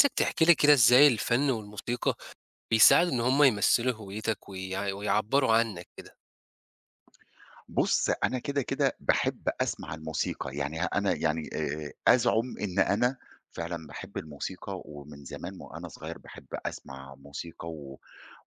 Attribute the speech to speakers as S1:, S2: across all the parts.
S1: عايزك تحكي لي كده إزاي الفن والموسيقى بيساعدوا إن هم يمثّلوا هويتك ويعبّروا عنّك كده؟
S2: بُص، أنا كده باحب أسمع الموسيقى، يعني أنا يعني أزعم إن أنا فعلًا باحب الموسيقى ومن زمان وأنا صغير باحب أسمع موسيقى و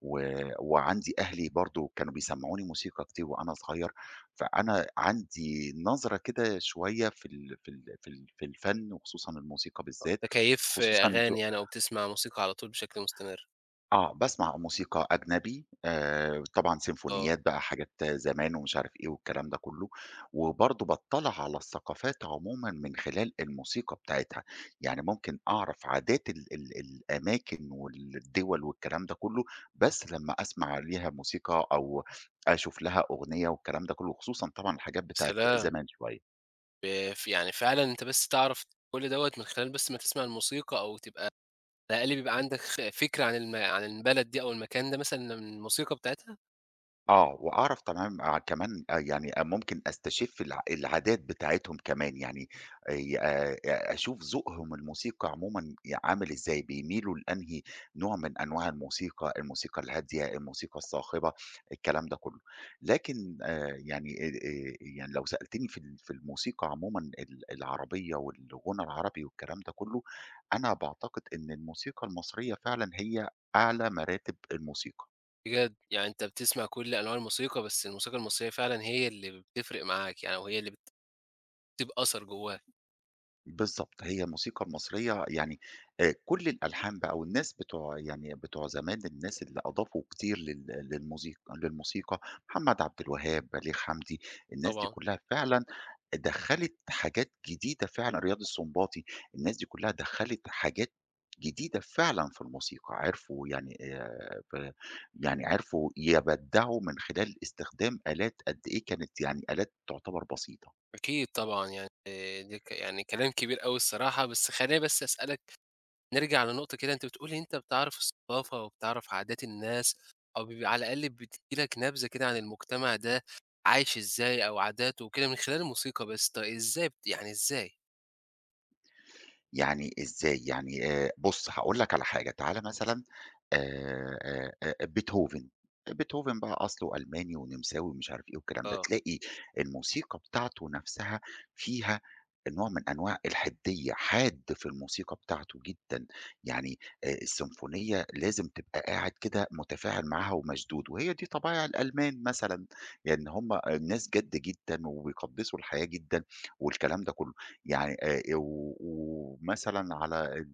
S2: و وعندي أهلي برضه كانوا بيسمعوني موسيقى كتير وأنا صغير، فأنا عندي نظرة كده شوية في الفن وخصوصًا الموسيقى بالذات.
S1: أنت كيّف
S2: خصوصًا ذو
S1: أغاني يعني أو بتسمع موسيقى على طول بشكل مستمر؟
S2: آه، باسمع موسيقى أجنبي، طبعًا
S1: آه،
S2: سيمفونيات بقى، حاجات زمان ومش عارف إيه والكلام ده كله، وبرضه باطّلع على الثقافات عمومًا من خلال الموسيقى بتاعتها، يعني ممكن أعرف عادات ال الأماكن والدول والكلام ده كله، بس لمّا أسمع ليها موسيقى أو أشوف لها أغنية والكلام ده كله، خصوصًا طبعًا الحاجات بتاعة
S1: سلام!
S2: زمان شوية.
S1: ب ف يعني فعلًا أنت بس تعرف كل دوّة من خلال بس ما تسمع الموسيقى أو تبقى على الأقل بيبقى عندك فكرة عن البلد دي أو المكان ده مثلًا من الموسيقى بتاعتها؟
S2: آه وأعرف تمام، آه كمان، ممكن أستشِف العادات بتاعتهم كمان، يعني ي أشوف ذوقهم الموسيقى عمومًا عامل إزاي، بيميلوا لأنهي نوع من أنواع الموسيقى، الموسيقى الهادية، الموسيقى الصاخبة، الكلام ده كُلّه. لكن يعني لو سألتني في الموسيقى عمومًا، العربية والغنى العربي والكلام ده كُلّه، أنا باعتقد إن الموسيقى المصرية فعلًا هي أعلى مراتب الموسيقى.
S1: بجد! يعني أنت بتسمع كل أنواع الموسيقى، بس الموسيقى المصرية فعلًا هي اللي بتفرق معاك يعني وهي اللي بتسيب أثر جوّاك.
S2: بالضبط، هي الموسيقى المصرية يعني كل الألحان بقى، والناس بتوع يعني بتوع زمان، الناس اللي أضافوا كتير لل للموسيق للموسيقى: محمد عبد الوهاب، بليغ حمدي، الناس دي
S1: طبعًا.
S2: كلّها فعلًا دخّلت حاجات جديدة فعلًا، رياض السنباطي، الناس دي كلّها دخّلت حاجات جديدة فعلًا في الموسيقى، عرفوا يعني ب يعني عرفوا يبدّعوا من خلال استخدام آلات قد إيه كانت، يعني آلات تعتبر بسيطة.
S1: أكيد طبعًا، يعني دي يعني كلام كبير أوي الصراحة، بس خلّيني بس أسألك نرجع لنقطة كده، أنت بتقول أنت بتعرف الثقافة وبتعرف عادات الناس، أو بيبقى على الأقل بتدّي لك نبذة كده عن المجتمع ده عايش إزاي أو عاداته وكده من خلال الموسيقى بس، طَب إزاي يعني إزاي؟
S2: يعني إزاي؟ يعني بُص هاقول لك على حاجة، تعالَ مثلًا، بيتهوفن. بيتهوفن بقى أصله ألماني ونمساوي ومش عارف إيه والكلام ده،
S1: آه،
S2: تلاقي الموسيقى بتاعته نفسها فيها نوع من أنواع الحدية، حاد في الموسيقى بتاعته جدًا، يعني السيمفونية لازم تبقى قاعد كده متفاعل معاها ومشدود، وهي دي طبايع الألمان مثلًا، يعني هُم ناس جَد جدًا، وبيقدّسوا الحياة جدًا والكلام ده كله. يعني و ومثلًا على ال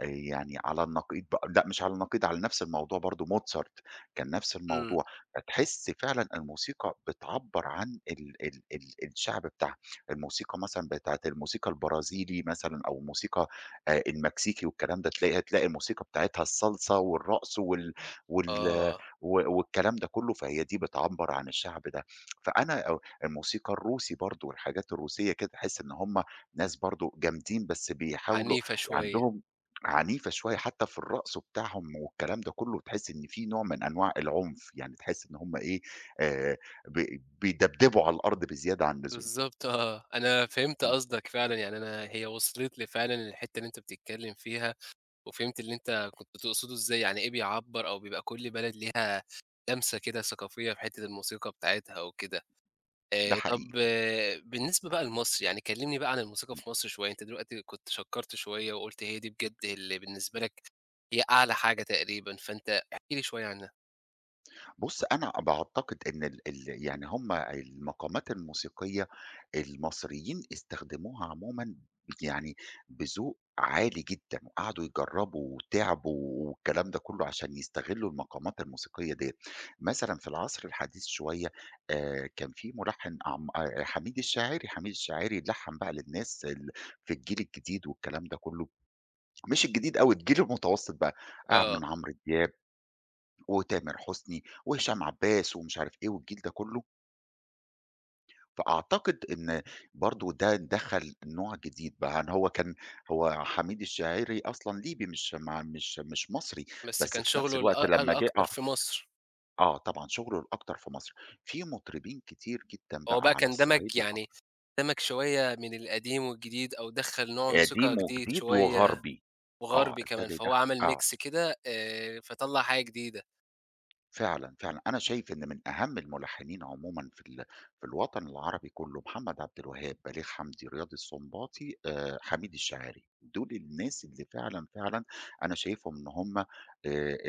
S2: يعني على النقيض بقى، لأ مش على النقيض، على نفس الموضوع برضه موتسارت، كان نفس
S1: إمم،
S2: الموضوع، فتحس فعلًا الموسيقى بتعبّر عن ال الشعب بتاعها. الموسيقى مثلًا بتاعة الموسيقى البرازيلي مثلًا، أو الموسيقى المكسيكي والكلام ده، تلاقي، هتلاقي الموسيقى بتاعتها الصلصة والرقص وال
S1: آه،
S2: والكلام ده كله، فهي دي بتعبّر عن الشعب ده. فأنا، أو الموسيقى الروسي برضه والحاجات الروسية كده، تحس إن هُم ناس برضه جامدين بس بيحاولوا،
S1: عنيفة شوية،
S2: عندهم عنيفة شوية حتى في الرقص بتاعهم والكلام ده كله، تحس إن في نوع من أنواع العنف، يعني تحس إن هم إيه، آآ، ب بيدبدبوا على الأرض بزيادة عن اللزوم.
S1: بالضبط آه، أنا فهمت
S2: إمم،
S1: قصدك فعلًا، يعني أنا هي وصلت لي فعلًا الحتة اللي أنت بتتكلم فيها. وفهمت اللي أنت كنت تقصده إزاي، يعني إيه بيعبّر أو بيبقى كل بلد ليها لمسة كده ثقافية في حتّة الموسيقى بتاعتها وكده.
S2: ده
S1: طب
S2: حقيقي.
S1: آه، بالنسبة بقى لمصر، يعني كلّمني بقى عن الموسيقى في مصر شوية، أنت دلوقتي كنت شكّرت شوية وقُلت هي دي بجد اللي بالنسبة لك هي أعلى حاجة تقريبًا، فأنت احكِ لي شوية عنها.
S2: بُص، أنا باعتقد إن ال ال يعني هم المقامات الموسيقية المصريين استخدموها عمومًا يعني بذوق عالي جدًا، وقعدوا يجربوا وتعبوا والكلام ده كله عشان يستغلوا المقامات الموسيقية ديّة. مثلًا في العصر الحديث شوية، كان في ملحن عم حميد الشاعري. حميد الشاعري لحّن بقى للناس، في الجيل الجديد والكلام ده كله، مش الجديد أوي، الجيل المتوسط بقى، آه، من
S1: آه،
S2: عمرو دياب وتامر حسني وهشام عباس ومش عارف إيه والجيل ده كله. فأعتقد إن برضه ده دخّل نوع جديد بقى. يعني هو حميد الشاعري أصلًا ليبي مش ما مش مش مصري،
S1: بس
S2: بس
S1: كان
S2: في نفس
S1: شغله
S2: الوقت لمّا جه،
S1: الأكتر
S2: آه،
S1: في مصر،
S2: آه طبعًا شغله الأكتر في مصر، في مطربين كتير جدًا
S1: هو
S2: بقى
S1: بقى
S2: على
S1: كان
S2: الصعيد
S1: دمج
S2: الأك
S1: يعني دمج شوية من القديم والجديد أو دخّل نوع موسيقى
S2: قديم
S1: جديد
S2: وجديد
S1: شوية.
S2: وغربي، آه،
S1: وغربي كمان،
S2: ابتدى
S1: فهو
S2: يدخّل،
S1: عمل
S2: آه.
S1: mix كده، فطلّع حاجة جديدة،
S2: فعلًا، فعلًا. أنا شايف إن من أهم الملحّنين عمومًا في الوطن العربي كُلّه محمد عبد الوهاب، بليغ حمدي، رياض السنباطي، حميد الشاعري. دول الناس اللي فعلًا، فعلًا أنا شايفهم إن هم،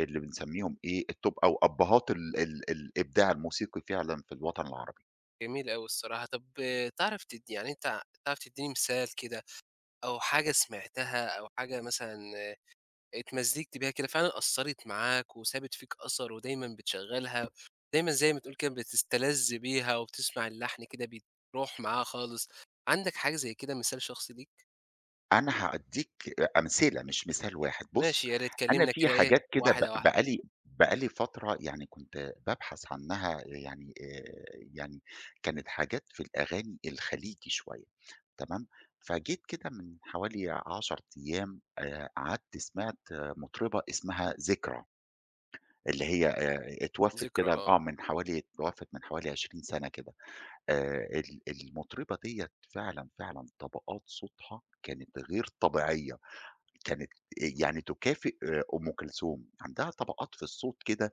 S2: اللي بنسمّيهم إيه، التوب أو أبّهات ال ال الإبداع الموسيقي فعلًا في الوطن العربي.
S1: جميل أوي الصراحة. طب آه، تعرف يعني أنت تعرف تدّيني مثال كده أو حاجة سمعتها أو حاجة مثلًا آه، اتمزجت بيها كده فعلًا أثّرت معاك وسابت فيك أثر ودايمًا بتشغّلها، دايمًا زي ما تقول كده بتستلذ بيها وبتسمع اللحن كده بيروح معاه خالص، عندك حاجة زي كده مثال شخصي ليك؟
S2: أنا هادّيك أمثلة، مش مثال واحد. بُص،
S1: ماشي، يا ريت
S2: أنا
S1: كلّمنا
S2: في
S1: كده إيه
S2: حاجات كده
S1: واحدة،
S2: ب
S1: واحدة.
S2: بقى لي بقى لي فترة يعني كنت بابحث عنها، يعني يعني كانت حاجات في الأغاني الخليجي شوية، تمام. فجيت كده من حوالي 10 أيام، قعدت سمعت، آه، مطربة اسمها ذكرى، اللي هي اتوفت
S1: ذكرى
S2: كده،
S1: آه.
S2: من حوالي 20 سنة كده. ال المطربة ديّة فعلًا، فعلًا طبقات صوتها كانت غير طبيعية. كانت يعني تكافئ أم كلثوم، عندها طبقات في الصوت كده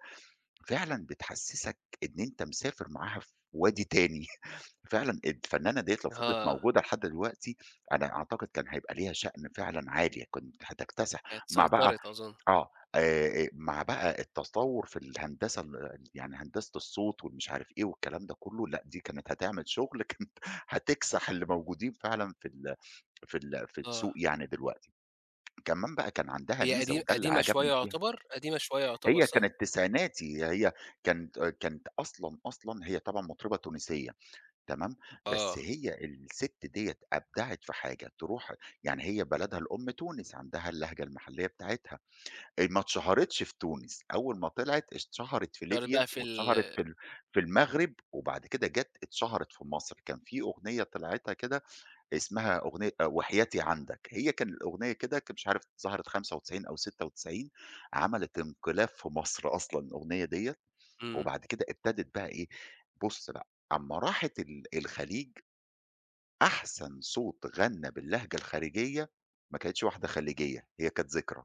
S2: فعلًا بتحسّسك إن أنت مسافر معاها في وادي تاني. فعلًا الفنانة ديّة لو فضلت
S1: آه،
S2: موجودة لحد دلوقتي، أنا أعتقد كان هيبقى ليها شأن فعلًا عالي، كنت هتكتسح
S1: كانت
S2: مع بقى،
S1: سيطرت أظن.
S2: آه، مع بقى التطوّر في الهندسة، يعني هندسة الصوت والمش عارف إيه والكلام ده كلّه، لأ دي كانت هتعمل شغل. كانت هتكسح اللي موجودين فعلًا في
S1: آه.
S2: السوق يعني دلوقتي. كمان بقى كان عندها
S1: هي
S2: ميزة وده اللي
S1: قديمة شوية
S2: عجبني فيها.
S1: يعتبر، قديمة شوية يعتبر
S2: هي
S1: صح؟
S2: كانت تسعيناتي. هي كانت كانت أصلًا، أصلًا هي طبعًا مطربة تونسية، تمام. بس
S1: آه،
S2: هي السِت ديّة أبدعت في حاجة، تروح، يعني هي بلدها الأم تونس، عندها اللهجة المحلية بتاعتها، ما اتشهرتش في تونس. أول ما طلعت اتشهرت في
S1: اشتهرت
S2: ليبيا،
S1: بقى في
S2: واتشهرت
S1: ال
S2: في المغرب، وبعد كده جات اتشهرت في مصر. كان في أغنية طلعتها كده اسمها أغنية وحياتي عندك. هي كان الأغنية كده، مش عارف ظهرت 95 أو 96، عملت انقلاب في مصر أصلًا الأغنية ديّة.
S1: إمم،
S2: وبعد كده ابتدت بقى إيه. بُص بقى، أمّا راحت الخليج، أحسن صوت غنّى باللهجة الخارجية ما كانتش واحدة خليجية، هي كانت ذكرى.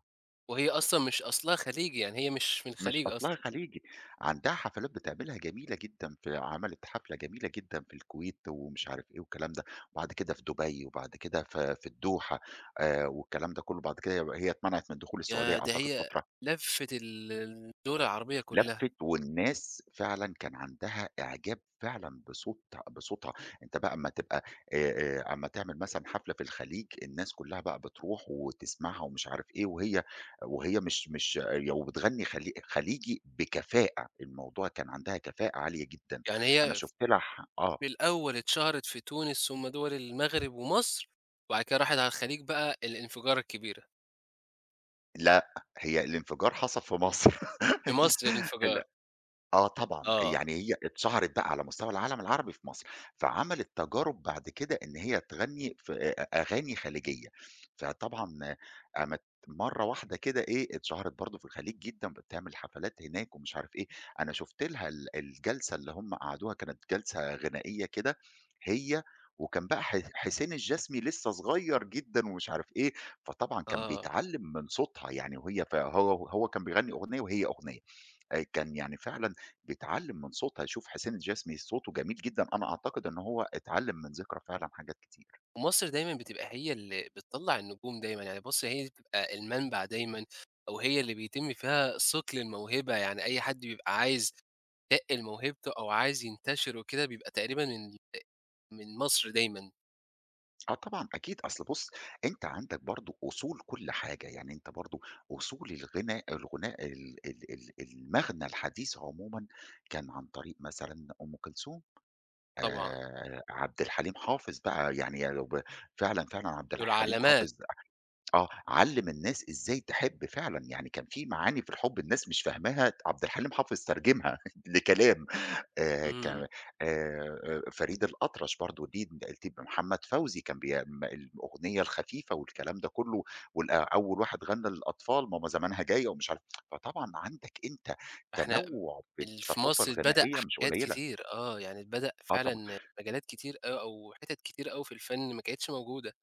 S1: وهي أصلًا مش أصلها خليجي، يعني هي مش من
S2: مش
S1: الخليج
S2: أصلها
S1: أصلًا،
S2: خليجي. عندها حفلات بتعملها جميلة جدًا، في، عملت حفلة جميلة جدًا في الكويت ومش عارف إيه والكلام ده، وبعد كده في دبي، وبعد كده في الدوحة، والكلام ده كله. بعد كده هي اتمنعت من دخول السعودية
S1: ياه! ده
S2: أعتقد
S1: هي
S2: فترة.
S1: لفِّت الدول العربية كلّها،
S2: لَفِّت، والناس فعلًا كان عندها إعجاب فعلًا بصوتها. أنت بقى أمّا تبقى، أمّا تعمل مثلًا حفلة في الخليج الناس كلّها بقى بتروح وتسمعها ومش عارف إيه، وهي وهي مش مش آه، وبتغني خليجي بكفاءة. الموضوع كان عندها كفاءة عالية جدًا.
S1: يعني
S2: أنا
S1: هي
S2: شُفت لها ح آه،
S1: في الأول اتشهرت في تونس ثم دول المغرب ومصر، وبعد كده راحت على الخليج بقى الانفجارة الكبيرة،
S2: لأ، هي الانفجار حصل في مصر.
S1: في مصر
S2: ال
S1: الانفجار،
S2: آه طبعًا،
S1: آه،
S2: يعني هي اتشهرت بقى على مستوى العالم العربي في مصر، فعملت تجارب بعد كده إن هي تغني في أ أ أغاني خليجية، فطبعًا قامت مرّة واحدة كده، إيه، اتشهرت برضه في الخليج جدًا، بتعمل حفلات هناك ومش عارف إيه. أنا شُفت لها الجلسة اللي هم قعدوها، كانت جلسة غنائية كده هي، وكان بقى حسين الجسمي لسه صغير جدًا ومش عارف إيه، فطبعًا كان
S1: آه.
S2: بيتعلّم من صوتها يعني، وهي ف هو هو كان بيغني أغنية وهي أغنية. كان يعني فعلًا بيتعلّم من صوتها، يشوف حسين الجسمي صوته جميل جدًا، أنا أعتقد إن هو اتعلّم من ذكرى فعلًا حاجات كتير.
S1: مصر دايمًا بتبقى هي اللي بتطلّع النجوم دايمًا، يعني مصر هي اللي بتبقى المنبع دايمًا، أو هي اللي بيتم فيها صقل الموهبة، يعني أي حد بيبقى عايز يتقّل موهبته أو عايز ينتشر وكده بيبقى تقريبًا من مصر دايمًا.
S2: آه طبعًا أكيد. أصل بُص، أنت عندك برضه أصول كل حاجة، يعني أنت برضه أصول الغناء، الغناء ال ال ال المغنى الحديث عمومًا كان عن طريق مثلًا أم كلثوم،
S1: طبعًا،
S2: عبد الحليم حافظ بقى، يعني لو ب، فعلًا، فعلًا عبد
S1: دول
S2: الحليم
S1: علامات،
S2: حافظ، آه، علّم الناس إزاي تحب فعلًا، يعني كان في معاني في الحب الناس مش فاهماها عبد الحليم حافظ ترجمها لكلام، ك
S1: إمم،
S2: فريد الأطرش برضه ليه التيب. محمد فوزي كان بي م الأغنية الخفيفة والكلام ده كله، آه، أول واحد غنى للأطفال ماما زمانها جاية ومش عارف، فطبعًا عندك أنت
S1: فإحنا
S2: تنوع في
S1: في
S2: الثقافة
S1: مصر اتبدأ
S2: الغنائية مش
S1: حاجات
S2: قليلة.
S1: كتير، آه، يعني اتبدأ
S2: آه طبعًا.
S1: فعلًا مجالات كتير أو حِتَت كتير أوي في الفن ما كانتش موجودة،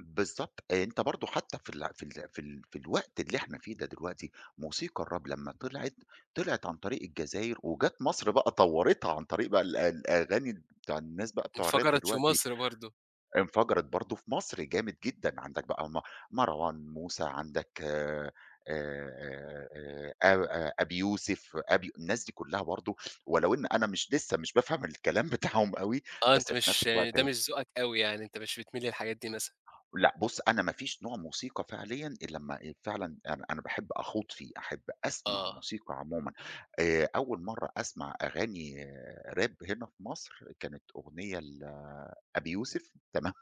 S2: بالضبط. أنت برضه حتى في الوقت اللي إحنا فيه ده دلوقتي، موسيقى الراب لمّا طلعت، طلعت عن طريق الجزاير وجات مصر بقى طوّرتها عن طريق بقى الأغاني بتاع الناس بقى بتوع الراب
S1: انفجرت في
S2: دلوقتي.
S1: مصر برضه،
S2: انفجرت برضه في مصر جامد جدًا، عندك بقى مروان موسى، عندك أ أبي يوسف. الناس دي كلّها برضه، ولو إن أنا مش بافهم الكلام بتاعهم أوي،
S1: آه،
S2: بس
S1: أنت
S2: في
S1: مش
S2: نفس الوقت،
S1: ده مش ذوقك أوي يعني، أنت مش بتميل للحاجات دي مثلًا،
S2: لأ بُص، أنا ما فيش نوع موسيقى فعليًا إلا لمّا فعلًا أنا باحب أخوض فيه، أحب أسمع
S1: آه.
S2: موسيقى عمومًا. أول مرّة أسمع أغاني، آه، راب هنا في مصر كانت أغنية لأبي يوسف، تمام.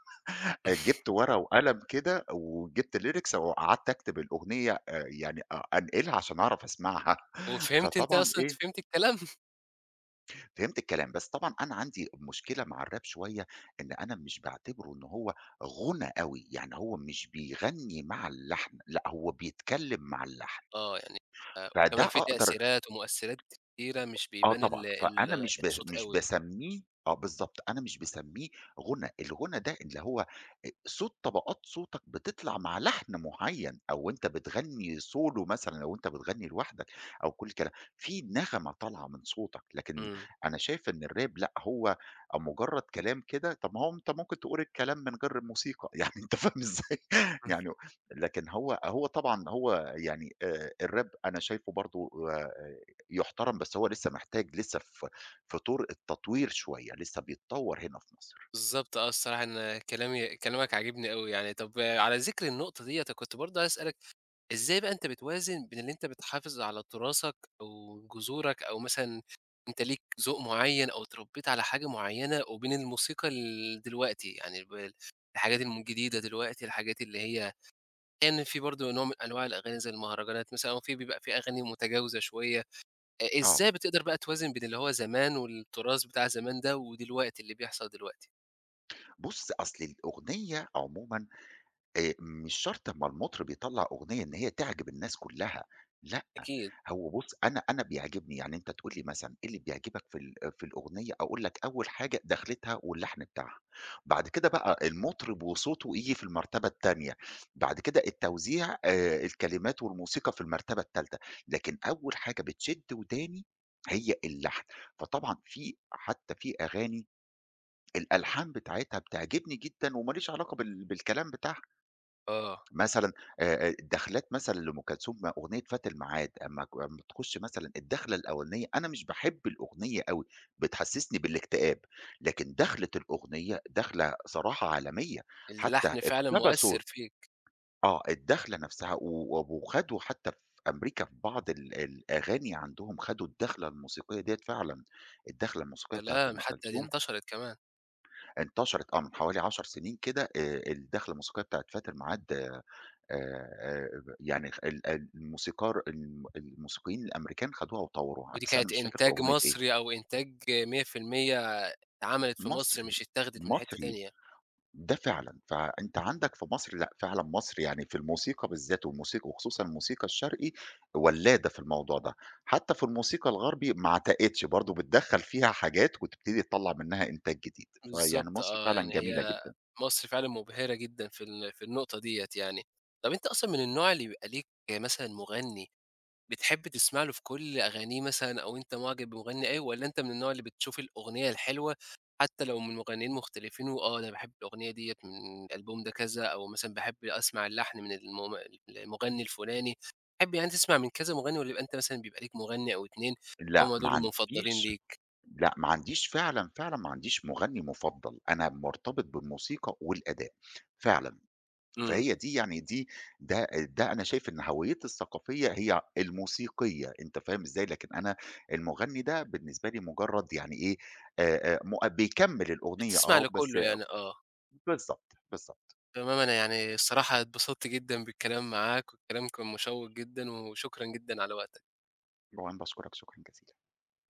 S2: جِبت ورقة وقلم كده وجِبت lyrics وقعدت أكتب الأغنية، يعني أ أنقلها عشان أعرف أسمعها.
S1: وفهمت أنتِ
S2: فطبعًا
S1: أصلًا أنتِ
S2: إيه،
S1: فهمتِ الكلام؟
S2: فهمت الكلام. بس طبعًا أنا عندي مشكلة مع الراب شوية، إن أنا مش باعتبره إن هو غُنى أوي، يعني هو مش بيغني مع اللحن، لأ هو بيتكلم مع اللحن.
S1: آه، يعني
S2: فده
S1: وكمان في
S2: أقدر،
S1: تأثيرات ومؤثِّرات كتيرة مش
S2: آه
S1: بيبان
S2: طبعًا،
S1: ال
S2: فأنا
S1: ال
S2: مش ب
S1: الصوت
S2: مش
S1: أوي.
S2: باسمّيه، آه بالضبط، أنا مش باسمّيه غُنى. الغُنى ده اللي هو أ صوت طبقات صوتك بتطلع مع لحن معيّن، أو أنت بتغنّي solo مثلًا لو أنت بتغنّي لوحدك، أو كل كلام، في نغمة طالعة من صوتك. لكن
S1: إمم،
S2: أنا شايف إن الراب لأ، هو مجرّد كلام كده، طب ما هو أنت ممكن تقول الكلام من غير الموسيقى. يعني أنت فاهم إزاي؟
S1: إمم،
S2: يعني لكن هو طبعًا هو يعني، الراب أنا شايفه برضه يُحترم، بس هو لسه محتاج، لسه في طور التطوير شوية، لسه بيتطوّر هنا في مصر.
S1: بالضبط آه، الصراحة أنا كلامي كلامك عاجبني أوي يعني. طب آه، على ذِكر النقطة ديّة، أنا كنت برضه عايز أسألك إزاي بقى أنت بتوازن بين اللي أنت بتحافظ على تراثك أو جذورك أو مثلًا أنت ليك ذوق معيّن أو اتربّيت على حاجة معيّنة وبين الموسيقى دلوقتي، يعني الحاجات الجديدة دلوقتي، الحاجات اللي هي كان في برضه نوع من أنواع الأغاني زي المهرجانات مثلًا وفي بيبقى في أغاني متجاوزة شوية،
S2: آه،
S1: إزاي بتقدر بقى توازن بين اللي هو زمان والتراث بتاع زمان ده ودلوقتي اللي بيحصل دلوقتي؟
S2: بُص أصل الأغنية عمومًا مش شرط أمّا المُطرب يطلّع أغنية إن هي تعجب الناس كُلّها، لأ.
S1: أكيد،
S2: هو بُص، أنا بيعجبني، يعني أنت تقول لي مثلًا إيه اللي بيعجبك في الأغنية، أقول لك أول حاجة دخلتها واللحن بتاعها، بعد كده بقى المُطرب وصوته ييجي في المرتبة التانية، بعد كده التوزيع، الكلمات والموسيقى في المرتبة التالتة. لكن أول حاجة بتشد وداني هي اللحن. فطبعًا في حتى في أغاني الألحان بتاعتها بتعجبني جدًا وما ليش علاقة بالكلام بتاعها.
S1: آه،
S2: مثلًا دخلات مثلًا لأم كلثوم، ما أغنية فات الميعاد، أمّا، ك أمّا تخش مثلًا الدخلة الأولانية، أنا مش باحب الأغنية أوي، بتحسسني بالاكتئاب. لكن دخلة الأغنية دخلة صراحة عالمية، حتى
S1: اللحن فعلًا
S2: اقتبسوا،
S1: مؤثّر فيك،
S2: آه، الدخلة نفسها و و- وخدوا. حتى في أمريكا في بعض الأغاني عندهم خدوا الدخلة الموسيقية ديّة فعلًا، الدخلة الموسيقية بتاعة
S1: سلام!
S2: أم
S1: حتى دي
S2: كلثوم
S1: انتشرت كمان،
S2: انتشرت، آه، من حوالي 10 سنين كده، الدخلة الموسيقية بتاعة فات الميعاد، آآ، يعني خ ال ال الموسيقار الم الموسيقيين الأمريكان خدوها وطوّروها،
S1: ودي
S2: بس أنا
S1: كانت
S2: مش فاكر في
S1: إنتاج
S2: أغنية إيه.
S1: مصري أو إنتاج 100% اتعملت في مصر
S2: مصري،
S1: مش اتاخدت من حتّة
S2: مصري.
S1: تانية.
S2: ده فعلًا. فأنت عندك في مصر، لأ، فعلًا مصر يعني في الموسيقى بالذات والموسيقى وخصوصًا الموسيقى الشرقي ولّادة في الموضوع ده، حتى في الموسيقى الغربي ما عتقتش برضه بتدخّل فيها حاجات وتبتدي تطلّع منها إنتاج جديد، فيعني
S1: بالضبط
S2: مصر
S1: آه،
S2: فعلًا
S1: يعني
S2: جميلة
S1: هي
S2: جدًا.
S1: مصر فعلًا مبهرة جدًا في النقطة ديّة يعني. طَب أنت أصلًا من النوع اللي بيبقى ليك مثلًا مغني بتحب تسمع له في كل أغانيه مثلًا أو أنت معجب بمغني أوي والّا أنت من النوع اللي بتشوف الأغنية الحلوة حتى لو من مغنيين مختلفين وآه، أنا باحب الأغنية ديّة من الألبوم ده كذا أو مثلًا باحب أسمع اللحن من المغني الفلاني، تحب يعني تسمع من كذا مغني والّا يبقى أنت مثلًا بيبقى ليك مغني أو 2
S2: لأ،
S1: هم
S2: ما
S1: دول المفضلين
S2: عنديش.
S1: ليك؟
S2: لأ، ما عنديش فعلًا، فعلًا ما عنديش مغني مُفضّل. أنا مرتبط بالموسيقى والأداء فعلًا،
S1: إمم،
S2: فهي دي يعني دي ده ده أنا شايف إن هويّتي الثقافية هي الموسيقية، أنت فاهم إزاي؟ لكن أنا المغني ده بالنسبة لي مجرّد يعني إيه، مؤ بيكمّل الأغنية،
S1: بتسمع
S2: آه، بس.
S1: لكله يعني آه،
S2: بالضبط، بالضبط.
S1: تمام أنا يعني الصراحة اتبسطت جدًا بالكلام معاك والكلام كان مشوّق جدًا وشكرًا جدًا على وقتك.
S2: وأنا باشكرك شكرًا جزيلًا.